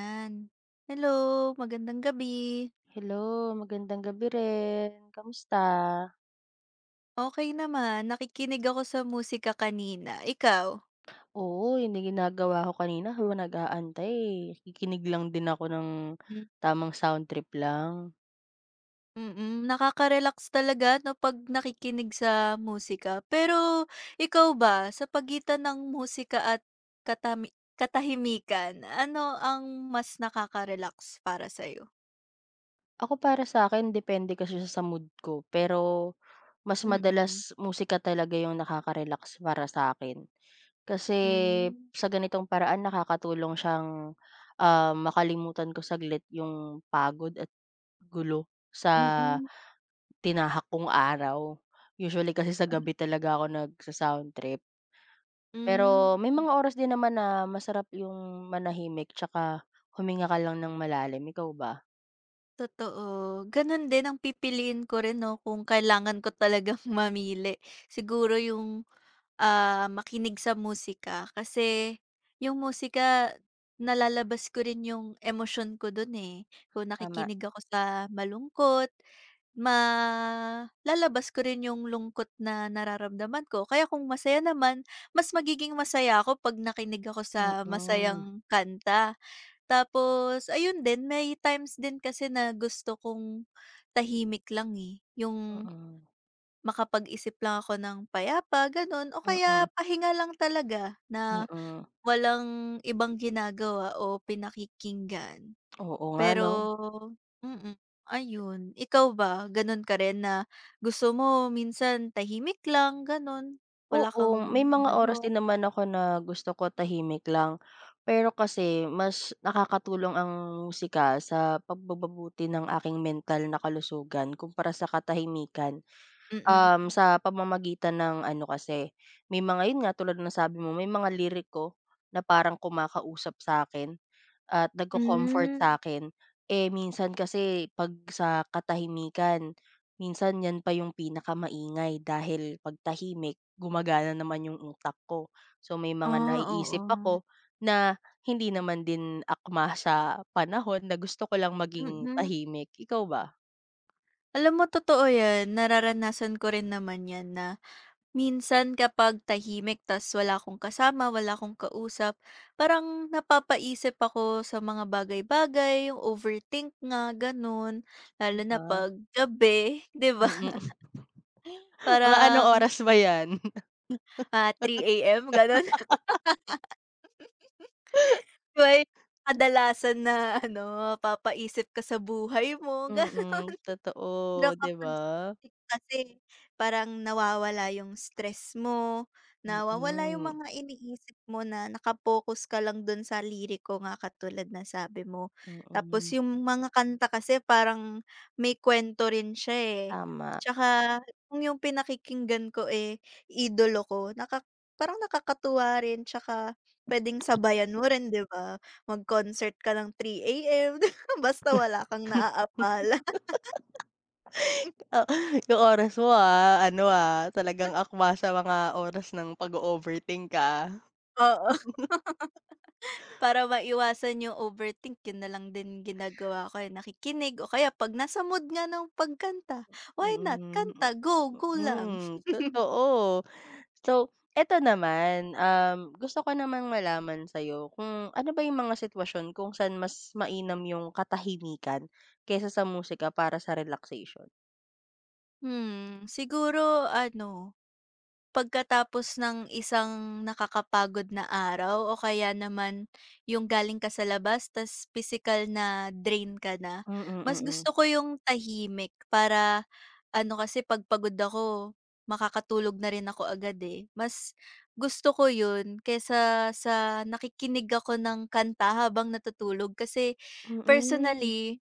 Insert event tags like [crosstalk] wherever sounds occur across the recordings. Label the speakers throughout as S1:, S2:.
S1: Yan. Hello, magandang gabi.
S2: Hello, magandang gabi rin. Kamusta?
S1: Okey naman, nakikinig ako sa musika kanina, ikaw?
S2: Oo, yun yung ginagawa ko kanina habang nag-aantay. Kikinig lang din ako ng
S1: Hmm.
S2: tamang sound trip lang.
S1: Mm, Mm-mm, nakaka-relax talaga 'no 'pag nakikinig sa musika. Pero ikaw ba, sa pagitan ng musika at katami katahimikan, ano ang mas nakaka-relax para sa'yo?
S2: Ako para sa akin depende kasi siya sa mood ko, pero mas
S1: Mm-mm.
S2: madalas musika talaga yung nakaka-relax para sa akin. Kasi
S1: Mm.
S2: sa ganitong paraan nakakatulong siyang, makalimutan ko saglit yung pagod at gulo sa
S1: Hmm, mm,
S2: tinahak kong araw. Usually kasi sa gabi talaga ako nagsa-sound trip. Pero
S1: hmm.
S2: may mga oras din naman na masarap yung manahimik tsaka huminga ka lang ng malalim, ikaw ba?
S1: Totoo. Ganun din ang pipiliin ko rin 'no, kung kailangan ko talagang [laughs] mamili. Siguro yung, makinig sa musika kasi yung musika nalalabas ko rin yung emosyon ko dun, eh. Kung
S2: Tama.
S1: nakikinig ako sa malungkot, malalabas ko rin yung lungkot na nararamdaman ko. Kaya kung masaya naman, mas magiging masaya ako 'pag nakinig ako
S2: Mm,
S1: sa
S2: mm.
S1: masayang kanta. Tapos ayun din, may times din kasi na gusto kong tahimik lang, eh, yung makapag-isip lang ako ng payapa gano'n o
S2: Mm,
S1: kaya pahinga lang talaga na
S2: mm.
S1: walang ibang ginagawa o pinakikinggan.
S2: Oo nga 'no?
S1: Pero mm, ayun. Ikaw ba, gano'n ka rin na gusto mo minsan tahimik lang gano'n, wala kang
S2: Oo, may mga oras
S1: ginagawa?
S2: din naman ako na gusto ko tahimik lang. Pero kasi mas nakakatulong ang musika sa pagpapabuti ng aking mental na kalusugan kumpara sa katahimikan.
S1: Mm-mm.
S2: Sa pamamagitan ng ano kasi, may mga yun nga tulad ng nasabi mo may mga liriko na parang kumakausap sa akin at nagco-comfort sa
S1: Mm.
S2: akin. Eh, minsan kasi 'pag sa katahimikan, minsan yan pa yung pinakamaingay dahil 'pag tahimik gumagana naman yung utak ko. So, may
S1: Hmm,
S2: mga
S1: ah,
S2: naiisip
S1: oo.
S2: ako na hindi naman din akma sa panahon na gusto ko lang maging
S1: Mm.
S2: tahimik. Ikaw ba?
S1: Alam mo totoo 'yan, nararanasan ko rin naman 'yan na minsan kapag tahimik tas wala akong kasama, wala akong kausap, parang napapaisip ako sa mga bagay-bagay, yung overthink nga gano'n,
S2: Di
S1: lalo na
S2: ba?
S1: 'pag gabi, [laughs] 'di ba?
S2: Mm. [laughs] Mga anong
S1: Parang,
S2: oras ba yan?
S1: 3 AM gano'n. [laughs] May kadalasan na ano, papaisip ka sa buhay mo, [laughs] ga
S2: Mm,
S1: Pero
S2: totoo, 'di
S1: kapag
S2: ba?
S1: siksik kasi parang nawawala yung stress mo, nawawala yung
S2: Mm,
S1: mga iniisip mo na nakapokus ka lang dun sa liriko nga katulad na sabi mo. Tapos
S2: mm,
S1: yung mga kanta kasi parang may kwento rin siya, eh.
S2: tama.
S1: Tsaka kung yung pinakikinggan ko, eh, idolo ko, parang nakakatuwa rin tsaka puwedeng sabayan mo rin, 'di ba? Mag-concert ka ng 3 AM [laughs] basta wala kang
S2: [laughs]
S1: naaapalan.
S2: Oh, yung oras mo, ano, talagang
S1: [laughs]
S2: akma sa mga oras ng pag overthink ka, ah.
S1: Oo. Para maiwasan yung overthink yun na lang din ginagawa ko, eh, nakikinig o kaya 'pag nasa mood nga ng pagkanta, why not
S2: Mm,
S1: kanta, go, go lang.
S2: mm, totoo. So, eto naman, gusto ko namang malaman sa'yo kung ano ba yung mga sitwasyon kung saan mas mainam yung katahimikan kaysa sa musika para sa relaxation?
S1: Hmm, siguro ano, pagkatapos ng isang nakakapagod na araw o kaya naman yung galing ka sa labas tas physical na drain ka na,
S2: Mm,
S1: mas
S2: mm.
S1: gusto ko yung tahimik para ano kasi 'pag pagod ako makakatulog na rin ako agad, eh. Mas gusto ko yun kaysa sa nakikinig ako ng kanta habang natutulog kasi
S2: Mm.
S1: personally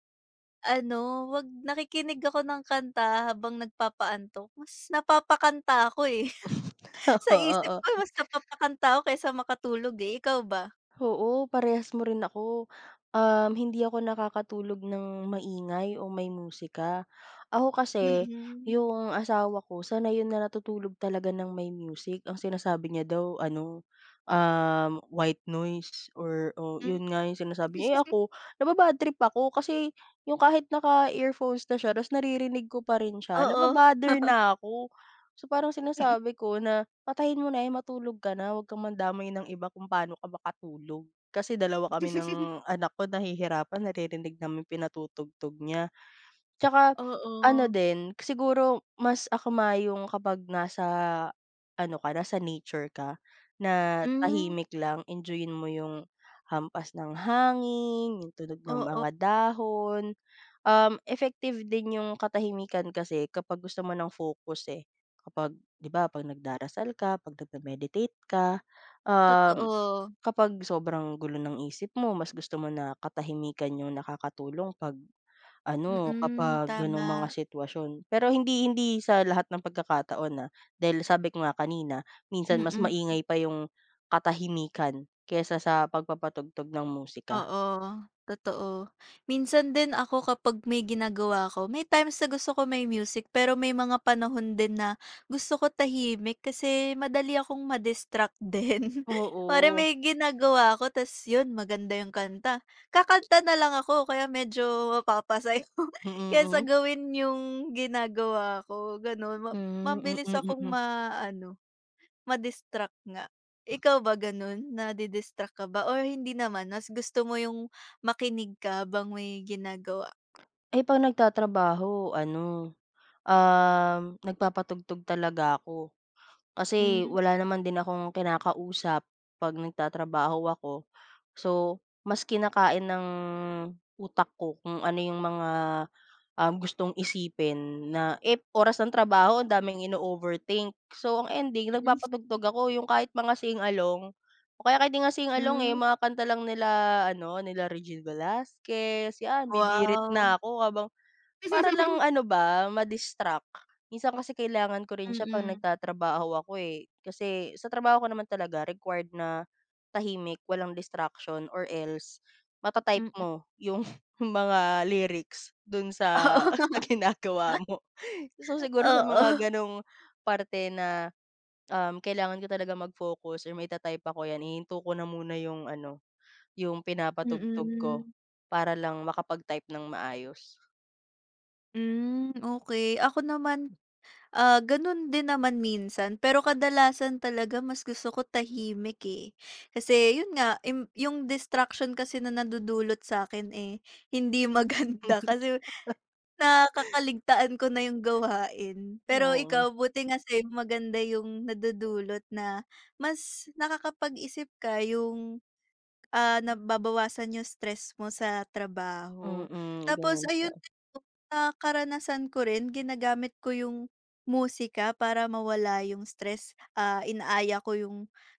S1: ano, wag nakikinig ako ng kanta habang nagpapaantok mas napapakanta ako, eh.
S2: [laughs]
S1: Sa
S2: Oo,
S1: isip ko
S2: oo.
S1: mas napapakanta ako kaysa makatulog, eh, ikaw ba?
S2: Oo, parehas mo rin ako. Hindi ako nakakatulog ng maingay o may musika. Ako kasi,
S1: Mm.
S2: yung asawa ko, sanay yun na natutulog talaga ng may music. Ang sinasabi niya daw, ano, white noise or o
S1: Hmm.
S2: yun nga yung sinasabi niya. Eh
S1: [laughs]
S2: ako, nababad trip ako kasi yung kahit naka-earphones na siya, tapos naririnig ko pa rin siya,
S1: Oo.
S2: nababother na ako. So parang
S1: Mm.
S2: sinasabi ko na patayin mo na 'yan, matulog ka na, 'wag kang mandamay ng iba kung paano ka makatulog. Kasi dalawa kami ng anak ko nahihirapan, naririnig namin pinatutugtog niya. Tsaka ano
S1: Oo.
S2: din, siguro mas akma yung kapag nasa ano ka, nasa nature ka na
S1: Hmm,
S2: tahimik lang, enjoyin mo yung hampas ng hangin, yung tunog ng
S1: oo,
S2: mga dahon. Effective din yung katahimikan kasi kapag gusto mo ng focus, eh. Kapag 'di ba 'pag nagdarasal ka, 'pag nagme-meditate ka, um,
S1: totoo.
S2: kapag sobrang gulo ng isip mo mas gusto mo na katahimikan yung nakakatulong 'pag ano,
S1: Mm,
S2: kapag gano'ng mga
S1: tama.
S2: sitwasyon. Pero hindi hindi sa lahat ng pagkakataon, na dahil sabi ko nga kanina minsan mas
S1: Mm.
S2: maingay pa yung katahimikan kaysa sa pagpapatugtog ng musika.
S1: Oo, totoo. Minsan din ako kapag may ginagawa ako, may times na gusto ko may music pero may mga panahon din na gusto ko tahimik kasi madali akong ma-distract din. [laughs] Parang
S2: Oo.
S1: may ginagawa ako tas yun maganda yung kanta, kakanta na lang ako kaya medyo mapapasayaw
S2: Mm,
S1: kaysa
S2: mm.
S1: [laughs] gawin yung ginagawa ko, gano'n.
S2: Hmm,
S1: Mabilis
S2: mm,
S1: akong
S2: mm.
S1: maano. Ma-distract nga. Ikaw ba ganun, nadi-distract ka ba or hindi naman mas gusto mo yung makinig ka habang may ginagawa?
S2: Eh, 'pag nagtatrabaho ano, nagpapatugtog talaga ako. Kasi
S1: Hmm.
S2: wala naman din akong kinakausap 'pag nagtatrabaho ako. So, mas kinakain ng utak ko kung ano yung mga, gustong isipin na, eh, oras ng trabaho ang daming ino-overthink. So, ang ending
S1: Mm,
S2: nagpapatugtog ako yung kahit mga sing-along o kaya kahit di nga sing-along, eh,
S1: hmm.
S2: mga kanta lang nila ano, nila Regine Velasquez, 'yan bibirit
S1: Wow.
S2: na ako habang para lang
S1: [laughs]
S2: ano ba, ma-distract. Minsan kasi kailangan ko rin siya 'pag
S1: Mm,
S2: nagtatrabaho ako, eh. Kasi sa trabaho ko naman talaga required na tahimik, walang distraction or else mata-type
S1: mm.
S2: mo yung [laughs] mga lyrics dun sa [laughs] sa
S1: Oo.
S2: ginagawa mo. So, siguro sa mga
S1: Oo,
S2: gano'ng parte na, kailangan ko talaga mag-focus or maita-type ako, 'yan ihinto ko na muna yung ano, yung pinapatugtog ko
S1: mm.
S2: para lang makapag-type ng maayos.
S1: Hmm, okey. Ako naman, ganun din naman minsan pero kadalasan talaga mas gusto ko tahimik, eh. Kasi yun nga, im yung distraction kasi na nadudulot sa'kin, eh, hindi [laughs] maganda
S2: [laughs]
S1: kasi nakakaligtaan ko na yung gawain. Pero
S2: Oo.
S1: ikaw, buti nga sa'yo maganda yung nadudulot na mas nakakapag-isip ka yung nababawasan yung stress mo sa trabaho.
S2: Mm,
S1: Tapos
S2: gano'n siya.
S1: ayun din 'no, na karanasan ko rin ginagamit ko yung musika para mawala yung stress. Ah, inaaya ko yung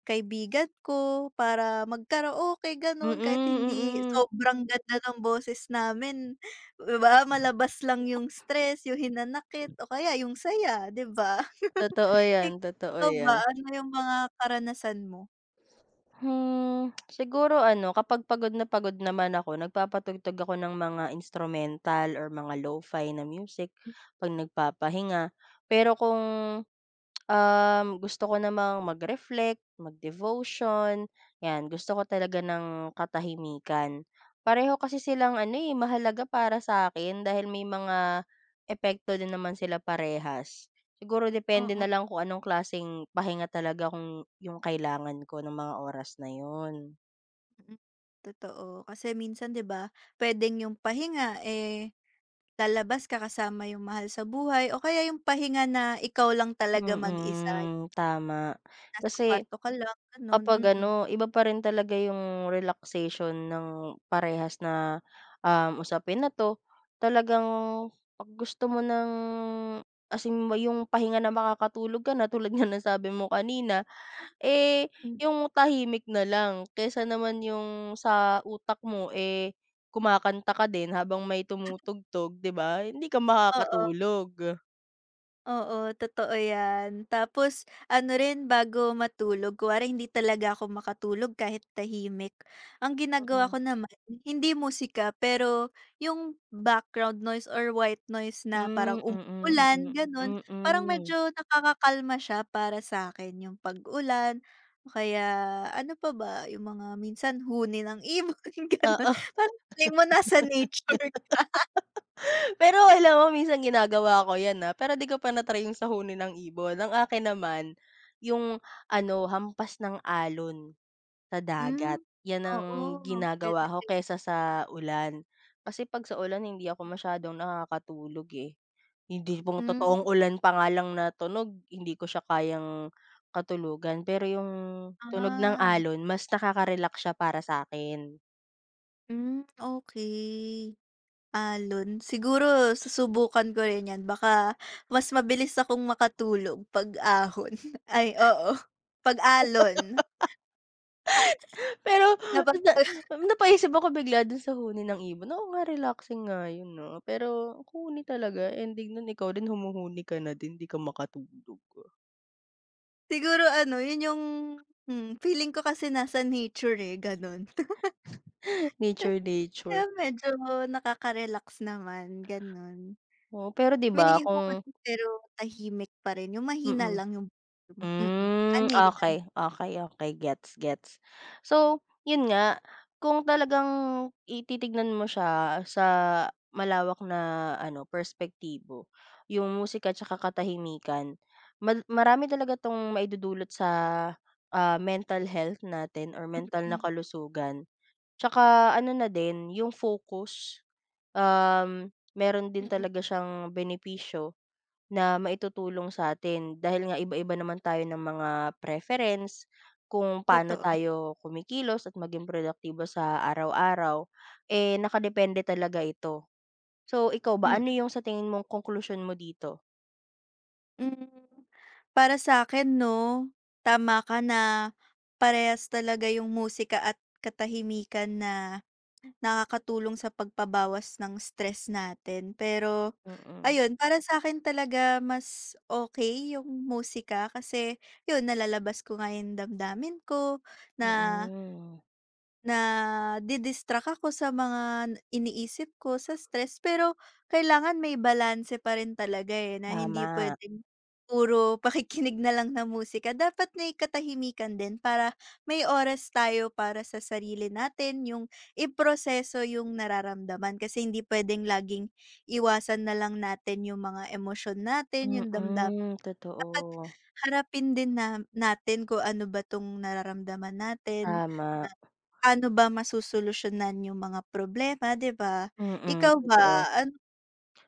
S1: kaibigan ko para mag-karaoke gano'n kahit
S2: Mm,
S1: hindi
S2: mm.
S1: sobrang ganda ng boses namin, 'di ba, malabas lang yung stress, yung hinanakit o kaya yung saya, 'di ba? [laughs]
S2: Totoo 'yan, totoo
S1: Ikaw
S2: 'yan.
S1: ba, ano yung mga karanasan mo?
S2: Hmm, siguro ano, kapag pagod na pagod naman ako, nagpapatugtog ako ng mga instrumental or mga lo-fi na music
S1: Hmm,
S2: 'pag nagpapahinga. Pero kung gusto ko namang mag-reflect, mag-devotion, 'yan. Gusto ko talaga ng katahimikan. Pareho kasi silang ano, eh, mahalaga para sa akin dahil may mga epekto din naman sila parehas. Siguro depende
S1: oo.
S2: na lang kung anong klaseng pahinga talaga kung yung kailangan ko ng mga oras na yun.
S1: Mm, totoo. Kasi minsan 'di ba, puwedeng yung pahinga, eh, lalabas ka kasama yung mahal sa buhay o kaya yung pahinga na ikaw lang talaga mag-isa,
S2: Mm, tama.
S1: nasa
S2: Kasi
S1: kwarto ka lang gano'n,
S2: kapag
S1: mm.
S2: ano, iba pa rin talaga yung relaxation ng parehas na, usapin na 'to. Talagang 'pag gusto mo ng as in yung pahinga na makakatulog ka na tulad nga ng sabi mo kanina, eh,
S1: Hmm.
S2: yung tahimik na lang kaysa naman yung sa utak mo, eh, kumakanta ka din habang may tumutugtog, 'di ba? Hindi ka
S1: Oo.
S2: makakatulog.
S1: Oo, totoo 'yan. Tapos ano rin bago matulog, kunwari hindi talaga ako makatulog kahit tahimik. Ang ginagawa
S2: Mm.
S1: ko naman, hindi musika pero yung background noise or white noise na
S2: Hmm,
S1: parang
S2: mm, mm, mm.
S1: umuulan, gano'n.
S2: Mm,
S1: Parang
S2: mm.
S1: medyo nakakakalma siya para sa akin yung pag-ulan o kaya ano pa ba, yung mga minsan huni ng ibon, [laughs] gano'n.
S2: Oo.
S1: Parang feeling mo nasa nature. [laughs]
S2: Pero alam mo minsan ginagawa ko 'yan, pero 'di ko pa na-try yung sahunin ng ibon. Ang akin naman, yung ano, hampas ng alon sa
S1: Hmm,
S2: dagat. 'Yan
S1: oo,
S2: ang ginagawa ko
S1: puwede.
S2: kaysa sa ulan. Kasi 'pag sa ulan hindi ako masyadong nakakatulog, eh. Hindi pong
S1: Hmm,
S2: totoong ulan pa nga lang na tunog, hindi ko siya kayang katulugan. Pero yung tunog ng
S1: ah.
S2: alon mas nakaka-relax siya para sa akin.
S1: Hmm, okay. Alon. Siguro susubukan ko rin 'yan baka mas mabilis akong makatulog 'pag ahon. [laughs] Ay, oo, 'pag alon.
S2: Pero
S1: Napag
S2: na
S1: [laughs]
S2: napaisip ako bigla dun sa huni ng ibon, oo nga relaxing nga yun 'no, pero huni talaga ending nun ikaw din humuhuni ka na din, 'di ka makatulog.
S1: Siguro ano, 'yun yung feeling ko kasi nasa nature, eh, gano'n.
S2: [laughs]
S1: [laughs]
S2: Nature, nature.
S1: Kaya medyo nakaka-relax naman, gano'n.
S2: Oo, pero 'di ba
S1: May
S2: kung
S1: huni pero tahimik pa rin, yung mahina
S2: mm.
S1: lang yung mm.
S2: Hmm,
S1: Ano 'yan,
S2: okay, okay, okay. Gets, gets. So, yun nga, kung talagang i mo siya sa malawak na ano, perspektibo, yung musika tsaka katahimikan, marami talaga 'tong maidudulot sa, mental health natin or mental na
S1: mm,
S2: kalusugan. Tsaka ano na din, yung focus, um, meron din
S1: mm,
S2: talaga siyang benepisyo na maitutulong sa atin dahil nga iba-iba naman tayo ng mga preference, kung paano
S1: totoo,
S2: tayo kumikilos at maging produktibo sa araw-araw, eh, nakadepende talaga ito. So, ikaw ba
S1: mm.
S2: ano yung sa tingin mong conclusion mo dito?
S1: Hmm. Para sa akin, 'no, tama ka na parehas talaga yung musika at katahimikan na nakakatulong sa pagpabawas ng stress natin. Pero
S2: Mm,
S1: ayun, para sa akin talaga mas okay yung musika kasi yun, nalalabas ko nga yung damdamin ko na
S2: mm.
S1: nadi-distract ako sa mga iniisip ko, sa stress, pero kailangan may balanse pa rin talaga, eh, na hindi
S2: Tama,
S1: puwedeng puro [laughs] pakikinig na lang na musika. Dapat may katahimikan din para may oras tayo para sa sarili natin, yung iproseso yung nararamdaman. Kasi hindi puwedeng laging iwasan na lang natin yung mga emosyon natin, yung damdamin.
S2: mm,
S1: Dapat
S2: totoo.
S1: harapin din na natin kung ano ba 'tong nararamdaman natin.
S2: Tama,
S1: Paano ba masosolusyonan yung mga problema, 'di ba?
S2: mm,
S1: Ikaw ba,
S2: totoo.
S1: ano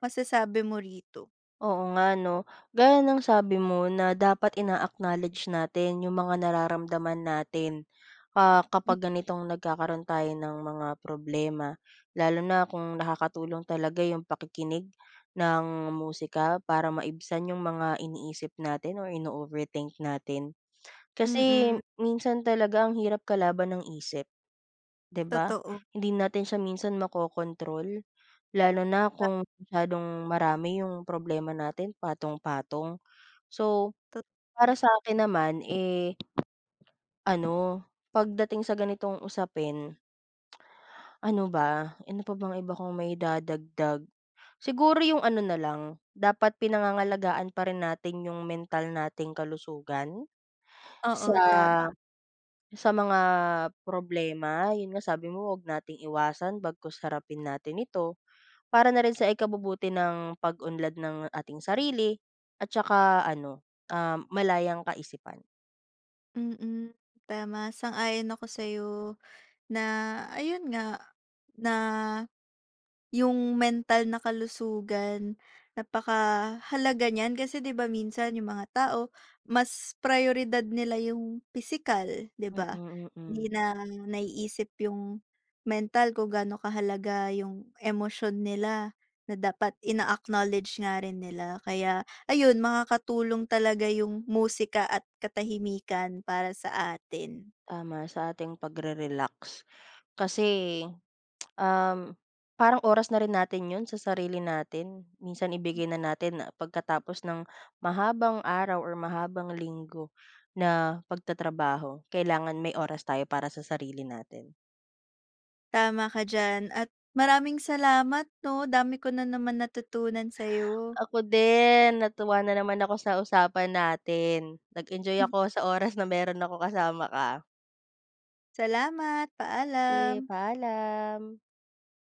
S1: masasabi mo rito?
S2: Oo nga 'no, gaya ng sabi mo na dapat ina-acknowledge natin yung mga nararamdaman natin. ah,
S1: M
S2: kapag ganitong nagkakaroon tayo ng mga problema, lalo na kung nakakatulong talaga yung pakikinig ng musika para maibsan yung mga iniisip natin or ino-overthink natin. Kasi
S1: mm,
S2: minsan talaga ang hirap kalaban ng isip, 'di ba?
S1: totoo.
S2: Hindi natin siya minsan makokontrol, lalo na
S1: Ta
S2: kung masyadong marami yung problema natin, patong-patong. So,
S1: Totoo.
S2: para sa akin naman, eh, ano, pagdating sa ganitong usapin. Ano ba, ano pa bang iba kong may dadagdag. Siguro yung ano na lang, dapat pinangangalagaan pa rin natin yung mental nating kalusugan
S1: Oo,
S2: sa
S1: tama.
S2: sa mga problema. Yun nga sabi mo wag nating iwasan bagkus harapin natin ito, para na rin sa ikabubuti ng pag-unlad ng ating sarili at saka ano, malayang kaisipan.
S1: Mm, tama sang-ayon ako sa'yo na ayun nga, na yung mental na kalusugan, napakahalaga niyan kasi 'di ba minsan yung mga tao mas prayoridad nila yung pisikal, 'di
S2: Mm,
S1: ba?
S2: mm. Mm,
S1: Hindi
S2: mm.
S1: na naiisip yung mental kung gaano kahalaga yung emosyon nila na dapat ina-acknowledge nga rin nila. Kaya ayun, makakatulong talaga yung musika at katahimikan para sa atin.
S2: Tama sa ating pagre-relax. Kasi Um, parang oras na rin natin 'yun sa sarili natin. Minsan ibigay na natin na pagkatapos ng mahabang araw or mahabang linggo na pagtatrabaho, kailangan may oras tayo para sa sarili natin.
S1: Tama ka diyan at maraming salamat 'no, dami ko na naman natutunan sa'yo.
S2: Ako din, natuwa na naman ako sa usapan natin. Nag-enjoy
S1: Mhm.
S2: ako sa oras na meron ako kasama ka.
S1: Salamat,
S2: Eh,
S1: paalam.
S2: paalam.